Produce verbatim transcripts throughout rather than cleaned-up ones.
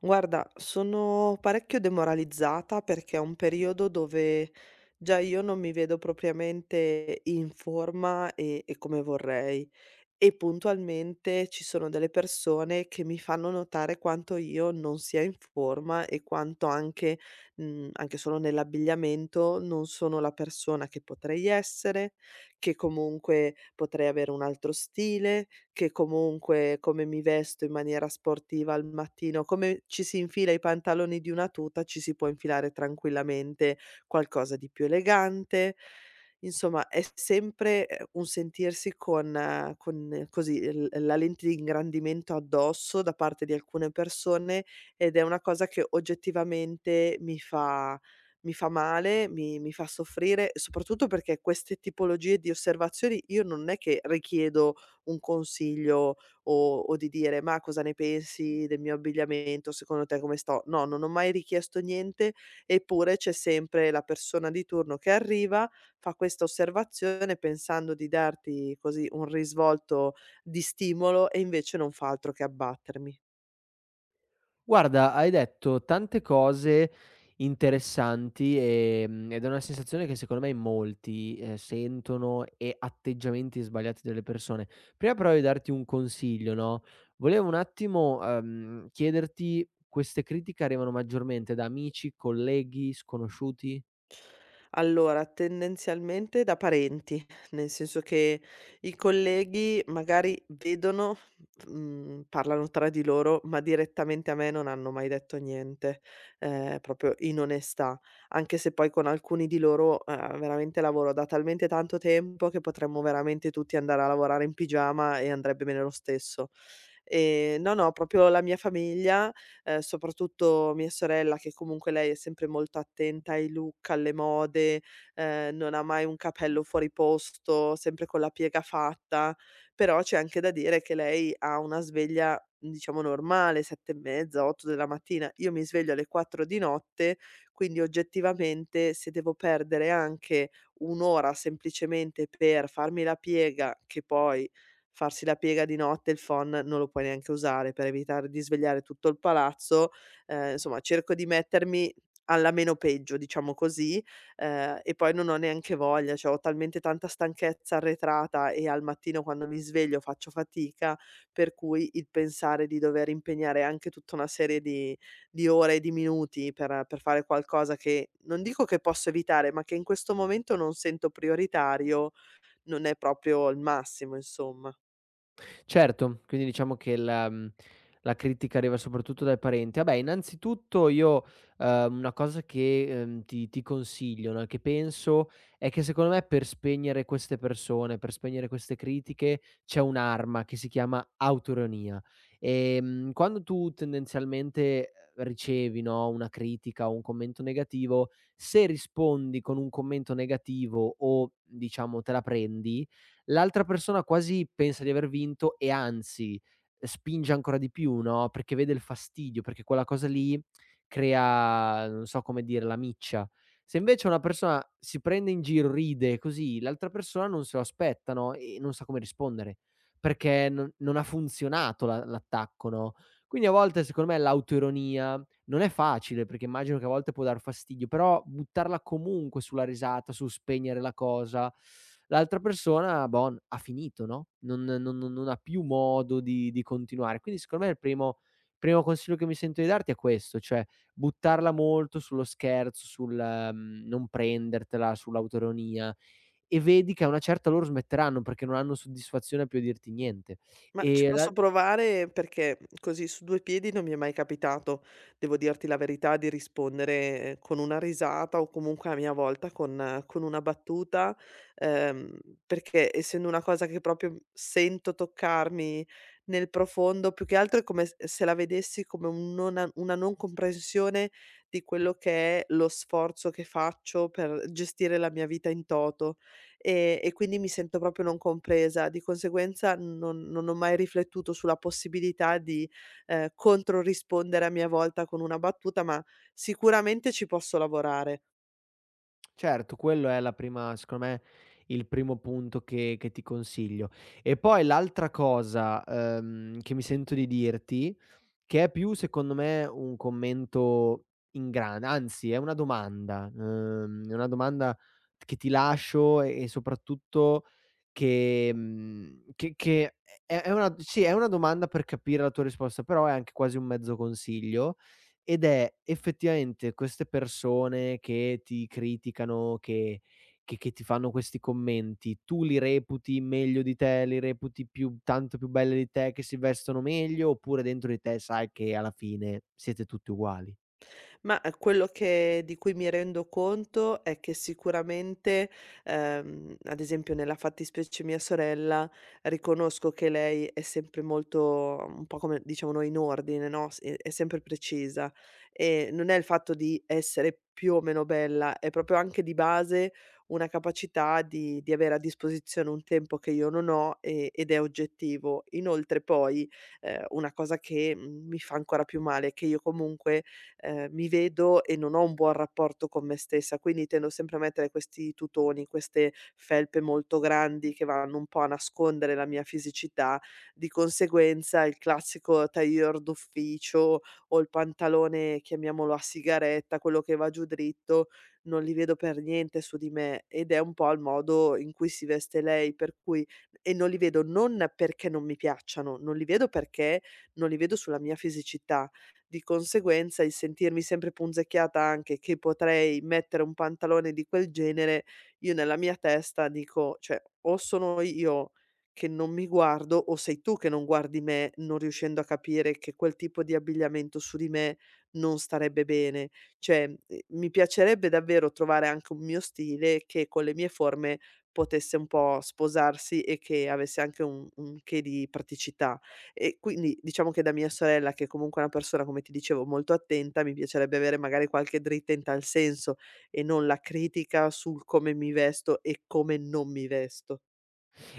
Guarda, sono parecchio demoralizzata perché è un periodo dove già io non mi vedo propriamente in forma e, e come vorrei. E puntualmente ci sono delle persone che mi fanno notare quanto io non sia in forma e quanto anche, mhmm, anche solo nell'abbigliamento, non sono la persona che potrei essere, che comunque potrei avere un altro stile, che comunque come mi vesto in maniera sportiva al mattino, come ci si infila i pantaloni di una tuta, ci si può infilare tranquillamente qualcosa di più elegante. Insomma, è sempre, ehm, un sentirsi con eh, con eh, così, l la lente di ingrandimento addosso da parte di alcune persone, ed è una cosa che oggettivamente mi fa mi fa male, mi mi fa soffrire, soprattutto perché queste tipologie di osservazioni io non è che richiedo un consiglio o o di dire: "Ma cosa ne pensi del mio abbigliamento? Secondo te come sto?" No, non ho mai richiesto niente, eppure c'è sempre la persona di turno che arriva fa questa osservazione pensando di darti così un risvolto di stimolo e invece non fa altro che abbattermi. Guarda, hai detto tante cose interessanti, ehm, ed è una sensazione che secondo me in molti, ehm, sentono e atteggiamenti sbagliati delle persone. Prima però di darti un consiglio, no, volevo un attimo, ehm, chiederti: queste critiche arrivano maggiormente da amici, colleghi, sconosciuti? Allora, tendenzialmente da parenti, nel senso che i colleghi magari vedono, mhmm, parlano tra di loro, ma direttamente a me non hanno mai detto niente, ehm, proprio in onestà, anche se poi con alcuni di loro, ehm, veramente lavoro da talmente tanto tempo che potremmo veramente tutti andare a lavorare in pigiama e andrebbe bene lo stesso. Ehm, no, no, proprio la mia famiglia ehm, soprattutto mia sorella che comunque lei è sempre molto attenta ai look, alle mode, ehm, non ha mai un capello fuori posto, sempre con la piega fatta, però c'è anche da dire che lei ha una sveglia, diciamo normale, sette e mezza, otto della mattina. Io mi sveglio alle quattro di notte, quindi oggettivamente se devo perdere anche un ora semplicemente per farmi la piega, che poi farsi la piega di notte il phon non lo puoi neanche usare per evitare di svegliare tutto il palazzo, ehm, insomma cerco di mettermi alla meno peggio, diciamo così, ehm, e poi non ho neanche voglia, cioè ho talmente tanta stanchezza arretrata e al mattino quando mi sveglio faccio fatica, per cui il pensare di dover impegnare anche tutta una serie di di ore e di minuti per per fare qualcosa che non dico che posso evitare, ma che in questo momento non sento prioritario, non è proprio il massimo, insomma. Certo, quindi diciamo che la mhmm, la critica arriva soprattutto dai parenti. Vabbè, innanzitutto io, ehm, una cosa che, ehm, ti ti consiglio, no, e che penso, è che secondo me per spegnere queste persone, per spegnere queste critiche, c'è un'arma che si chiama autoironia. Ehm, quando tu tendenzialmente, ehm, ricevi, no, una critica o un commento negativo, se rispondi con un commento negativo o diciamo te la prendi, l'altra persona quasi pensa di aver vinto e anzi eh, spinge ancora di più, no, perché vede il fastidio, perché quella cosa lì crea, non so come dire, la miccia. Se invece una persona si prende in giro, ride così, l'altra persona non se lo aspetta, no, e non sa come rispondere, perché non non ha funzionato la l'attacco, no. Quindi a volte secondo me l'autoironia non è facile perché immagino che a volte può dar fastidio, però buttarla comunque sulla risata, su spegnere la cosa, l'altra persona, bon, ha finito, no, non non non non ha più modo di di continuare. Quindi secondo me il primo primo consiglio che mi sento di darti è questo, cioè buttarla molto sullo scherzo, sul, mhmm, non prendertela, sull'autoironia e vedi che a una certa loro smetteranno perché non hanno soddisfazione più a dirti niente. Ma ci E la posso provare perché così su due piedi non mi è mai capitato, devo dirti la verità, di rispondere eh, con una risata o comunque a mia volta con eh, con una battuta, ehm, perché essendo una cosa che proprio sento toccarmi nel profondo, più che altro è come s se la vedessi come un non una non comprensione di quello che è lo sforzo che faccio per gestire la mia vita in toto. Ehm, e quindi mi sento proprio non compresa. Di conseguenza non non ho mai riflettuto sulla possibilità di, ehm, controrispondere a mia volta con una battuta, ma sicuramente ci posso lavorare. Certo, quello è la prima secondo me, il primo punto che che ti consiglio. E poi l'altra cosa, ehm, che mi sento di dirti, che è più secondo me un commento in gran anzi è una domanda, ehm, è una domanda che ti lascio e e soprattutto che mhmm, che che è è una sì, è una domanda per capire la tua risposta, però è anche quasi un mezzo consiglio. Ed è effettivamente queste persone che ti criticano, che che che ti fanno questi commenti, tu li reputi meglio di te, li reputi più tanto più belle di te, che si vestono meglio, oppure dentro di te sai che alla fine siete tutti uguali? Ma, ehm, quello che di cui mi rendo conto è che sicuramente, ehm, ad esempio nella fattispecie mia sorella, riconosco che lei è sempre molto un po' come diciamo noi in ordine, no, s è è sempre precisa. Ehm, non è il fatto di essere più o meno bella, è proprio anche di base una capacità di di avere a disposizione un tempo che io non ho, e ed è oggettivo. Inoltre poi, ehm, una cosa che, mhmm, mi fa ancora più male è che io comunque ehm, mi vedo e non ho un buon rapporto con me stessa, quindi tendo sempre a mettere questi tutoni, queste felpe molto grandi che vanno un po' a nascondere la mia fisicità. Di conseguenza il classico tailleur d'ufficio o il pantalone, chiamiamolo a sigaretta, quello che va giù dritto, non li vedo per niente su di me ed è un po' il modo in cui si veste lei, per cui e non li vedo non perché non mi piacciono, non li vedo perché non li vedo sulla mia fisicità, di conseguenza, il sentirmi sempre punzecchiata anche che potrei mettere un pantalone di quel genere, io nella mia testa dico: "Cioè, o sono io che non mi guardo, o sei tu che non guardi me, non riuscendo a capire che quel tipo di abbigliamento su di me non starebbe bene". Cioè, mhmm, mi piacerebbe davvero trovare anche un mio stile che con le mie forme potesse un po' sposarsi e che avesse anche un un che di praticità. E quindi diciamo che da mia sorella, che comunque è comunque una persona, come ti dicevo, molto attenta, mi piacerebbe avere magari qualche dritta in tal senso e non la critica sul come mi vesto e come non mi vesto.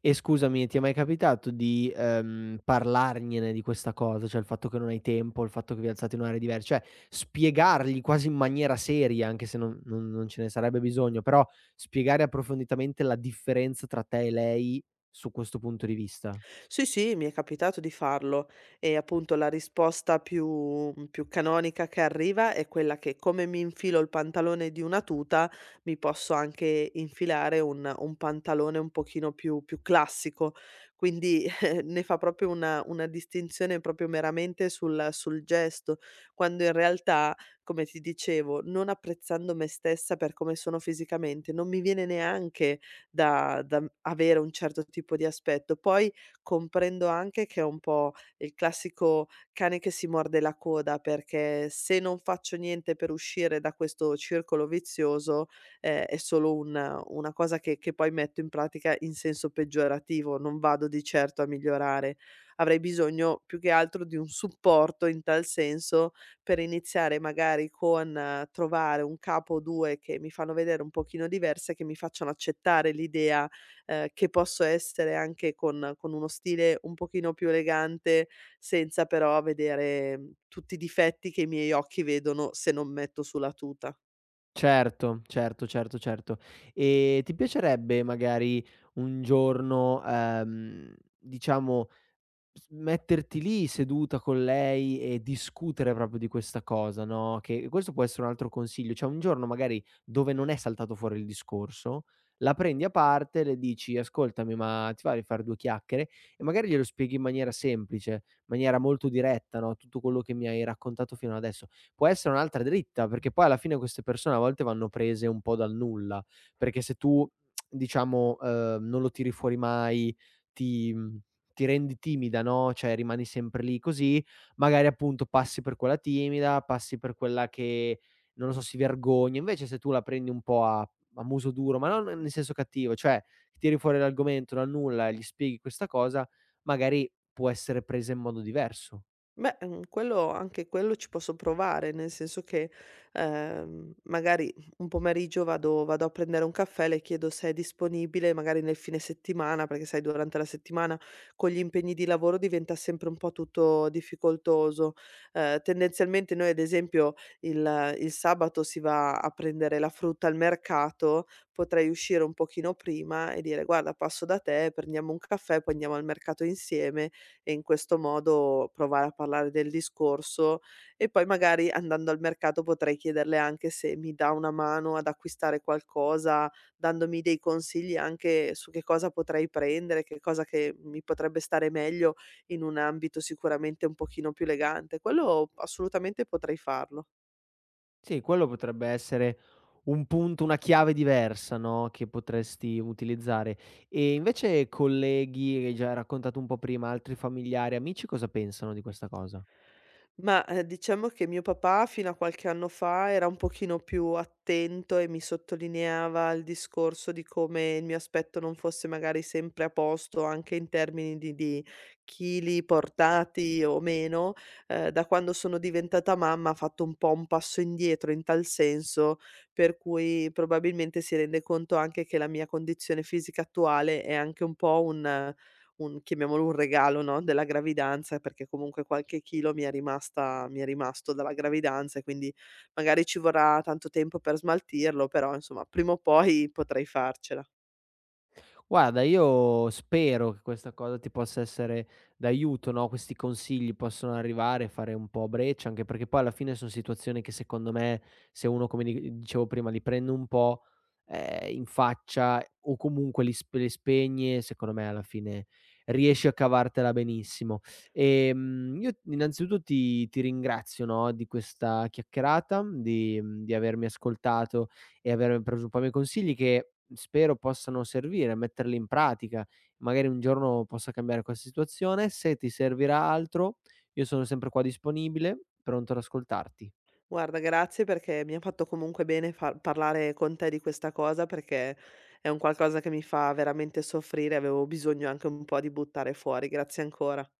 E scusami, ti è mai capitato di, ehm, parlargliene di questa cosa? Cioè il fatto che non hai tempo, il fatto che vi alzate in orari diver cioè spiegargli quasi in maniera seria, anche se non non non ce ne sarebbe bisogno, però spiegare approfonditamente la differenza tra te e lei su questo punto di vista. Sì, sì, mi è capitato di farlo e appunto la risposta più più canonica che arriva è quella che come mi infilo il pantalone di una tuta, mi posso anche infilare un un pantalone un pochino più più classico. Quindi, eh, ne fa proprio una una distinzione proprio meramente sul sul gesto, quando in realtà, come ti dicevo, non apprezzando me stessa per come sono fisicamente, non mi viene neanche da da avere un certo tipo di aspetto. Poi comprendo anche che è un po' il classico cane che si morde la coda, perché se non faccio niente per uscire da questo circolo vizioso, ehm, è solo un una cosa che che poi metto in pratica in senso peggiorativo, non vado di certo a migliorare. Avrei bisogno più che altro di un supporto in tal senso, per iniziare magari con eh, trovare un capo o due che mi fanno vedere un pochino diverse, che mi facciano accettare l'idea ehm, che posso essere anche con con uno stile un pochino più elegante, senza però vedere mhmm, tutti i difetti che i miei occhi vedono se non metto sulla tuta. Certo, certo, certo, certo. E ti piacerebbe magari un giorno, ehm, diciamo S metterti lì seduta con lei e discutere proprio di questa cosa, no, che questo può essere un altro consiglio, cioè un giorno magari dove non è saltato fuori il discorso, la prendi a parte, le dici: "Ascoltami, ma ti va di far due chiacchiere?" E magari glielo spieghi in maniera semplice, in maniera molto diretta, no, tutto quello che mi hai raccontato fino adesso. Può essere un'altra dritta, perché poi alla fine queste persone a volte vanno prese un po' dal nulla, perché se tu diciamo, ehm, non lo tiri fuori mai, ti mhmm, ti rendi timida, no, cioè rimani sempre lì così, magari appunto passi per quella timida, passi per quella che, non lo so, si vergogna. Invece se tu la prendi un po' a a muso duro, ma non nel senso cattivo, cioè tiri fuori l'argomento dal nulla e gli spieghi questa cosa, magari può essere presa in modo diverso. Beh, mhmm, quello anche quello ci posso provare, nel senso che, ehm, magari un pomeriggio vado vado a prendere un caffè, le chiedo se è disponibile magari nel fine settimana, perché sai durante la settimana con gli impegni di lavoro diventa sempre un po' tutto difficoltoso. Ehm, tendenzialmente noi ad esempio il il sabato si va a prendere la frutta al mercato, potrei uscire un pochino prima e dire: "Guarda passo da te, prendiamo un caffè, poi andiamo al mercato insieme" e in questo modo provare a parlare del discorso e poi magari andando al mercato potrei chiederle anche se mi dà una mano ad acquistare qualcosa, dandomi dei consigli anche su che cosa potrei prendere, che cosa che mi potrebbe stare meglio in un ambito sicuramente un pochino più elegante. Quello assolutamente potrei farlo. Sì, quello potrebbe essere un punto, una chiave diversa, no, che potresti utilizzare. E invece colleghi, che hai già raccontato un po' prima, altri familiari, amici cosa pensano di questa cosa? Ma, ehm, diciamo che mio papà fino a qualche anno fa era un pochino più attento e mi sottolineava il discorso di come il mio aspetto non fosse magari sempre a posto, anche in termini di di chili portati o meno. Ehm, da quando sono diventata mamma ha fatto un po' un passo indietro in tal senso, per cui probabilmente si rende conto anche che la mia condizione fisica attuale è anche un po' un un chiamiamolo un regalo, no, della gravidanza, perché comunque qualche chilo mi è rimasta mi è rimasto dalla gravidanza e quindi magari ci vorrà tanto tempo per smaltirlo, però insomma prima o poi potrei farcela. Guarda, io spero che questa cosa ti possa essere d'aiuto, no, questi consigli possono arrivare, e fare un po' breccia, anche perché poi alla fine son situazioni che secondo me, se uno come di dicevo prima, li prende un po', ehm, in faccia o comunque li sp le spegne, secondo me alla fine riesci a cavartela benissimo. Ehm, io innanzitutto ti ti ringrazio, no, di questa chiacchierata, di mhmm, di avermi ascoltato e aver preso un po' i miei consigli che mhmm, spero possano servire, metterli in pratica. Magari un giorno possa cambiare questa situazione. Se ti servirà altro, io sono sempre qua disponibile, pronto ad ascoltarti. Guarda grazie perché mi ha fatto comunque bene far parlare con te di questa cosa, perché è un qualcosa che mi fa veramente soffrire, avevo bisogno anche un po' di buttare fuori. Grazie ancora.